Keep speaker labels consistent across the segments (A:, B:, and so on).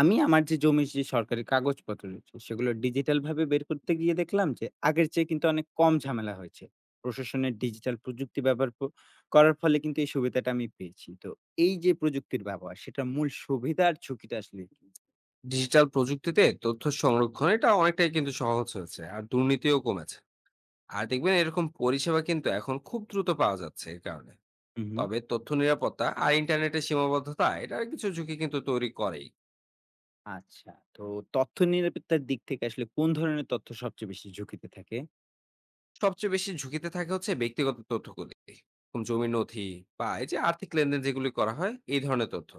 A: আমি আমার যে জমির যে সরকারি কাগজপত্র রয়েছে সেগুলো ডিজিটাল ভাবে বের করতে গিয়ে দেখলাম যে আগের চেয়ে কিন্তু অনেক কম ঝামেলা হয়েছে। প্রশাসনের ডিজিটাল প্রযুক্তি ব্যবহার করার ফলে কিন্তু এই সুবিধাটা আমি পেয়েছি। তো এই যে প্রযুক্তির ব্যবহার, সেটা মূল সুবিধা আর ঝুঁকিটা আসলে কি?
B: ডিজিটাল প্রযুক্তিতে তথ্য সংরক্ষণ এটা অনেকটাই কিন্তু সহজ হয়েছে, আর দুর্নীতিও কমেছে। আর দেখবেন এরকম পরিষেবা কিন্তু এখন খুব দ্রুত পাওয়া যাচ্ছে এর কারণে।
A: হুম, হুম।
B: তবে তথ্য নিরাপত্তা আর ইন্টারনেটের সীমাবদ্ধতা এটার কিছু ঝুঁকি কিন্তু তৈরি করেই।
A: আচ্ছা, তো তথ্য নিরাপত্তার দিক থেকে আসলে কোন ধরনের তথ্য সবচেয়ে বেশি ঝুঁকিতে থাকে?
B: সবচেয়ে বেশি ঝুঁকিতে থাকে হচ্ছে ব্যক্তিগত তথ্যগুলি, এরকম জমির নথি বা এই যে আর্থিক লেনদেন যেগুলি করা হয়, এই ধরনের তথ্য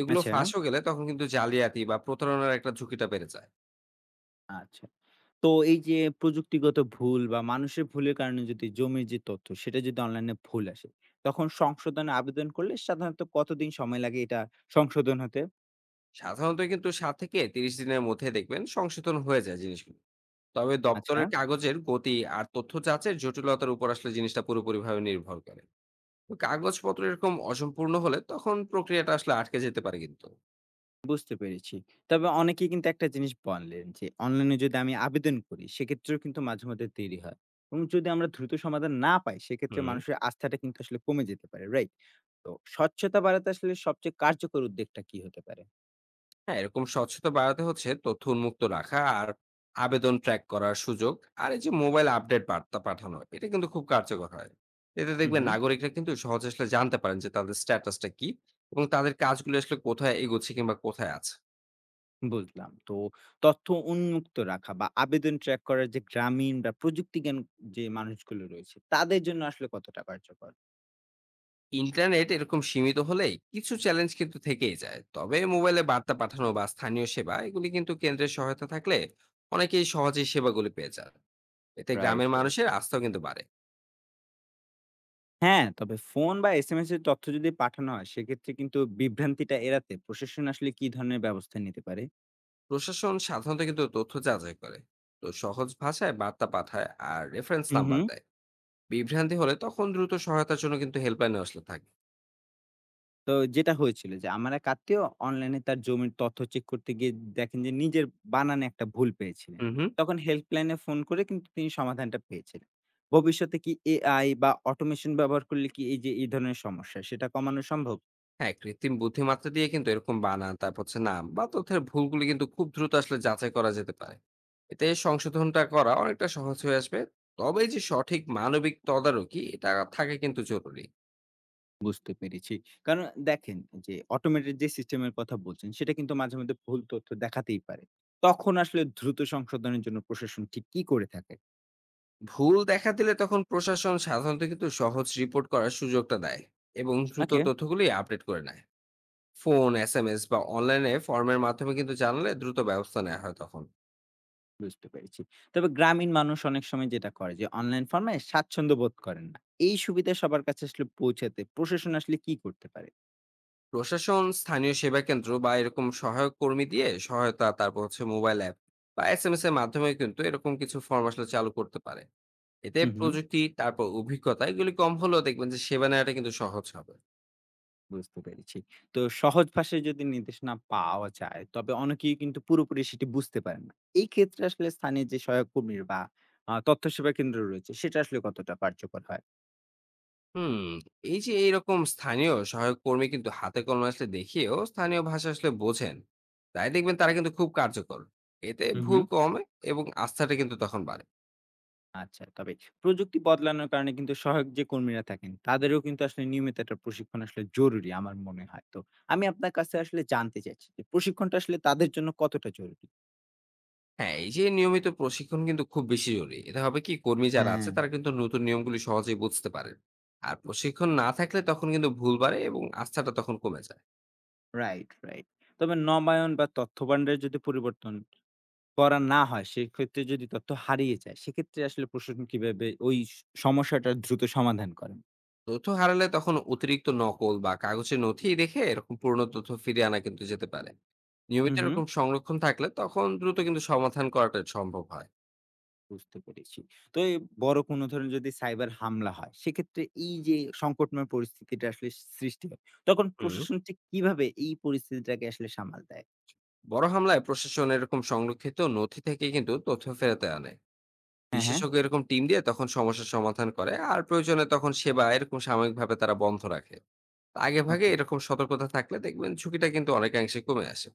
B: এগুলো
A: আচ্ছা,
B: ফাঁসও গেলে তখন কিন্তু জালিয়াতি বা প্রতারণার একটা ঝুঁকিটা বেড়ে যায়।
A: আচ্ছা। তো এই যে প্রযুক্তিগত ভুল বা মানুষের ভুলের কারণে যদি জমির যে তথ্য, সেটা যদি অনলাইনে ভুল আসে, তখন সংশোধনে আবেদন করলে সাধারণত কতদিন সময় লাগে এটা সংশোধন হতে?
B: সাধারণত কিন্তু 7 থেকে 30 দিনের মধ্যে দেখবেন সংশোধন হয়ে যায় জিনিসগুলো। তবে
A: আচ্ছা,
B: দপ্তরের কাগজের গতি আর তথ্য যাচাইয়ের জটিলতার উপর আসলে জিনিসটা পুরোপুরিভাবে নির্ভর করে। তো কাগজপত্র এরকম অসম্পূর্ণ হলে তখন প্রক্রিয়াটা আসলে আটকে যেতে পারে কিন্তু।
A: বুঝতে পেরেছি। তবে অনেকে কিন্তু একটা জিনিস বললেন যে অনলাইনে যদি আমি আবেদন করি সেক্ষেত্রেও কিন্তু মাঝে মধ্যে দেরি হয়। এবং যদি আমরা দ্রুত সমাধান না পাই সেক্ষেত্রে
B: হুম।
A: মানুষের আস্থাটা কিন্তু আসলে কমে যেতে পারে। রাইট? তো স্বচ্ছতা বাড়াতে আসলে সবচেয়ে কার্যকর উদ্যোগটা কি হতে পারে?
B: হ্যাঁ, এরকম স্বচ্ছতা বাড়াতে হচ্ছে তথ্য উন্মুক্ত রাখা আর আবেদন ট্র্যাক করার সুযোগ। আর এই যে মোবাইল আপডেট বার্তা পাঠানো, এটা কিন্তু খুব কার্যকর হয়। এতে
A: হু,
B: দেখবেন
A: হু।
B: নাগরিকরা কিন্তু সহজে আসলে জানতে পারেন যে তাদের স্ট্যাটাসটা কি এবং তাদের কাজগুলো আসলে কোথায় এগোচ্ছে কিংবা কোথায় আছে।
A: বুঝলাম। তো তথ্য উন্মুক্ত রাখা বা আবেদন ট্র্যাক করার যে গ্রামীণ বা প্রযুক্তিজ্ঞান যে মানুষগুলো রয়েছে, তাদের জন্য আসলে কতটা কার্যকর?
B: ইন্টারনেট এরকম সীমিত হলেই কিছু চ্যালেঞ্জ কিন্তু থেকেই যায়। তবে মোবাইলে বার্তা পাঠানো বা স্থানীয় সেবা, এগুলি কিন্তু কেন্দ্রের সহায়তা থাকলে অনেকেই সহজেই সেবাগুলি পেয়ে যায়। এতে
A: রাইট,
B: গ্রামের
A: রাইট।
B: মানুষের আস্থাও কিন্তু বাড়ে।
A: হ্যাঁ, তবে ফোন বা এসএমএস এর তথ্য যদি পাঠানো হয়, সেক্ষেত্রে কিন্তু বিভ্রান্তিটা এড়াতে প্রশাসন আসলে কি ধরনের ব্যবস্থা নিতে পারে?
B: প্রশাসন সাধারণত কিন্তু তথ্য যাচাই করে, তো সহজ ভাষায় বার্তা পাঠায় আর রেফারেন্স
A: হুম,
B: নাম্বার
A: হুম।
B: দেয়। বিভ্রান্তি হলে তখন দ্রুত সহায়তার জন্য কিন্তু হেল্পলাইনে আসলে থাকে।
A: তো যেটা হয়েছিল যে, আমার এক আত্মীয় অনলাইনে তার জমির তথ্য চেক করতে গিয়ে দেখেন যে নিজের বানানে একটা ভুল পেয়েছিলেন।
B: হুম হুম
A: তখন হেল্পলাইনে ফোন করে কিন্তু তিনি সমাধানটা পেয়েছিলেন। ভবিষ্যতে কি এআই বা অটোমেশন ব্যবহার করলে কি এই যে এই ধরনের সমস্যা সেটা কমানো সম্ভব?
B: হ্যাঁ, কৃত্রিম বুদ্ধিমত্তা দিয়ে কিন্তু এরকম বানান, তারপর হচ্ছে নাম বা তথ্যের ভুলগুলি কিন্তু খুব দ্রুত আসলে যাচাই করা যেতে পারে। এতে সংশোধনটা করা অনেকটা সহজ হয়ে আসবে। তবে এই যে সঠিক মানবিক তদারকি, এটা থাকা কিন্তু জরুরি।
A: বুঝতে পেরেছি। কারণ দেখেন যে অটোমেটেড যে সিস্টেম এর কথা বলছেন সেটা কিন্তু মাঝে মধ্যে ভুল তথ্য দেখাতেই পারে। তখন আসলে দ্রুত সংশোধনের জন্য প্রশাসন ঠিক কি করে থাকে?
B: ভুল দেখা দিলে তখন প্রশাসন সাধারণত কিন্তু সহজ রিপোর্ট করার সুযোগটা দেয় এবং দ্রুত তথ্যগুলি আপডেট করে নেয়। ফোন, এসএমএস বা অনলাইনে ফর্মের মাধ্যমে কিন্তু জানালে দ্রুত ব্যবস্থা নেওয়া হয় তখন।
A: বুঝতে পেরেছি। তবে গ্রামীণ মানুষ অনেক সময় যেটা করে যে অনলাইন ফর্মে স্বাচ্ছন্দ্য বোধ করেন না। এই সুবিধা সবার কাছে আসলে পৌঁছাতে প্রশাসন আসলে কি করতে পারে?
B: প্রশাসন স্থানীয় সেবা কেন্দ্র বা এরকম সহায়ক কর্মী দিয়ে সহায়তা, তারপর হচ্ছে মোবাইল অ্যাপ বা এসএমএস এর মাধ্যমে কিন্তু এরকম কিছু ফর্ম আসলে চালু করতে পারে। এতে
A: হুম, হুম।
B: প্রযুক্তি, তারপর অভিজ্ঞতা এগুলি কম হলেও দেখবেন যে সেবা নেওয়াটা কিন্তু সহজ হবে।
A: বুঝতে পেরেছি। তো সহজ ভাষায় যদি নির্দেশনা পাওয়া যায় তবে অনেকেই কিন্তু পুরোপুরি সেটি বুঝতে পারেন না। এই ক্ষেত্রে আসলে স্থানীয় যে সহায়ক কর্মীর বা তথ্য সেবা কেন্দ্র রয়েছে সেটা আসলে কতটা কার্যকর হয়?
B: হুম। এই যে এইরকম স্থানীয় সহায়ক কর্মী কিন্তু হাতে কলমে আসলে দেখিয়েও স্থানীয় ভাষা আসলে বোঝেন, তাই দেখবেন তারা কিন্তু খুব কার্যকর। এতে
A: হুম,
B: ভুল
A: হুম।
B: কমে এবং আস্থাটা কিন্তু তখন বাড়ে।
A: আচ্ছা, তবে প্রযুক্তি বদলানোর কারণে কিন্তু সহায়ক যে কর্মীরা থাকেন, তাদেরও কিন্তু আসলে নিয়মিত একটা প্রশিক্ষণ আসলে জরুরি আমার মনে হয়। তো আমি আপনার কাছে আসলে জানতে চাইছি যে প্রশিক্ষণটা আসলে তাদের জন্য কতটা জরুরি?
B: হ্যাঁ, এই যে নিয়মিত প্রশিক্ষণ কিন্তু খুব বেশি জরুরি। এটা হবে কি, কর্মী যারা আছে
A: হ্যাঁ।
B: তারা কিন্তু নতুন নিয়মগুলি সহজেই বুঝতে পারেন। আর প্রশিক্ষণ না থাকলে তখন কিন্তু ভুল বাড়ে এবং আস্থাটা তখন কমে যায়।
A: Right, right. তবে নবায়ন বা তথ্য ভান্ডারে যদি পরিবর্তন করা না হয়, সেক্ষেত্রে যদি তথ্য হারিয়ে যায়, সেক্ষেত্রে আসলে প্রশাসন কিভাবে ওই সমস্যাটার দ্রুত সমাধান করেন?
B: তথ্য হারালে তখন অতিরিক্ত নকল বা কাগজের নথি দেখে এরকম পুরনো তথ্য ফিরিয়ে আনা কিন্তু যেতে পারে।
A: হু,
B: নিয়মিত
A: হু।
B: এরকম সংরক্ষণ থাকলে তখন দ্রুত কিন্তু সমাধান করাটা সম্ভব হয়।
A: বুঝতে পেরেছি। তো এই বড় কোনো ধরনের যদি সাইবার হামলা হয়, সেক্ষেত্রে এই যে সংকটময় পরিস্থিতিটা আসলে সৃষ্টি হয়, তখন
B: হুম।
A: প্রশাসন ঠিক কিভাবে এই পরিস্থিতিটাকে আসলে সামাল দেয়?
B: বড় হামলায় প্রশাসন এরকম সংরক্ষিত নথি থেকে কিন্তু তথ্য ফেরাতে আনে।
A: হ্যাঁ, হ্যাঁ।
B: বিশেষজ্ঞ এরকম টিম দিয়ে তখন সমস্যার সমাধান করে আর প্রয়োজনে তখন সেবা এরকম সাময়িকভাবে তারা বন্ধ রাখে। আগে ভাগে
A: ওকে,
B: এরকম সতর্কতা থাকলে দেখবেন ঝুঁকিটা কিন্তু অনেকাংশে কমে আসে।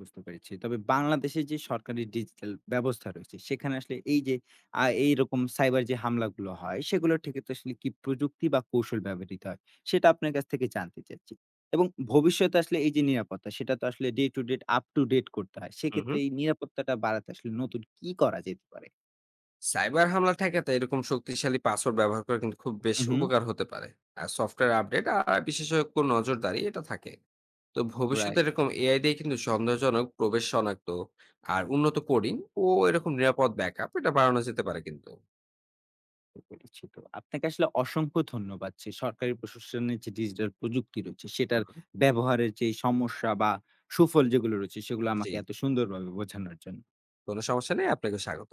A: বুঝতে পেরেছি। তবে বাংলাদেশে যে সরকারি ডিজিটাল ব্যবস্থা রয়েছে, সেখানে আসলে এই যে এইরকম সাইবার যে হামলাগুলো হয়, সেগুলো ঠেকাতে আসলে কি প্রযুক্তি বা কৌশল ব্যবহৃত হয়? সেটা আপনার কাছ থেকে জানতে চাচ্ছি। এবং ভবিষ্যতে আসলে এই যে নিরাপত্তা, সেটা তো আসলে day to date up to date করতে হয়।
B: হুম
A: সেক্ষেত্রে
B: হুম
A: এই নিরাপত্তাটা বাড়াতে আসলে নতুন কি করা যেতে পারে?
B: সাইবার হামলা ঠেকাতে এরকম শক্তিশালী পাসওয়ার্ড ব্যবহার করা কিন্তু খুব বেশ
A: হু, হু।
B: উপকার হতে পারে। আর সফটওয়্যার আপডেট আর বিশেষজ্ঞ নজরদারি, এটা থাকে। তো ভবিষ্যতে
A: রাইট।
B: এরকম এআই দিয়ে কিন্তু সন্দেহজনক প্রবেশ শনাক্ত, আর উন্নত কোডিং ও এরকম নিরাপদ ব্যাকআপ, এটা বাড়ানো যেতে পারে কিন্তু।
A: বুঝতে পেরেছি। তো আপনাকে আসলে অসংখ্য ধন্যবাদ, যে সরকারি প্রশাসনের যে ডিজিটাল প্রযুক্তি রয়েছে
B: হুম
A: সেটার
B: হুম।
A: ব্যবহারের যে সমস্যা বা সুফল যেগুলো রয়েছে সেগুলো
B: জি,
A: আমাকে এত সুন্দরভাবে বোঝানোর জন্য।
B: কোনো সমস্যা নেই। আপনাকে স্বাগত।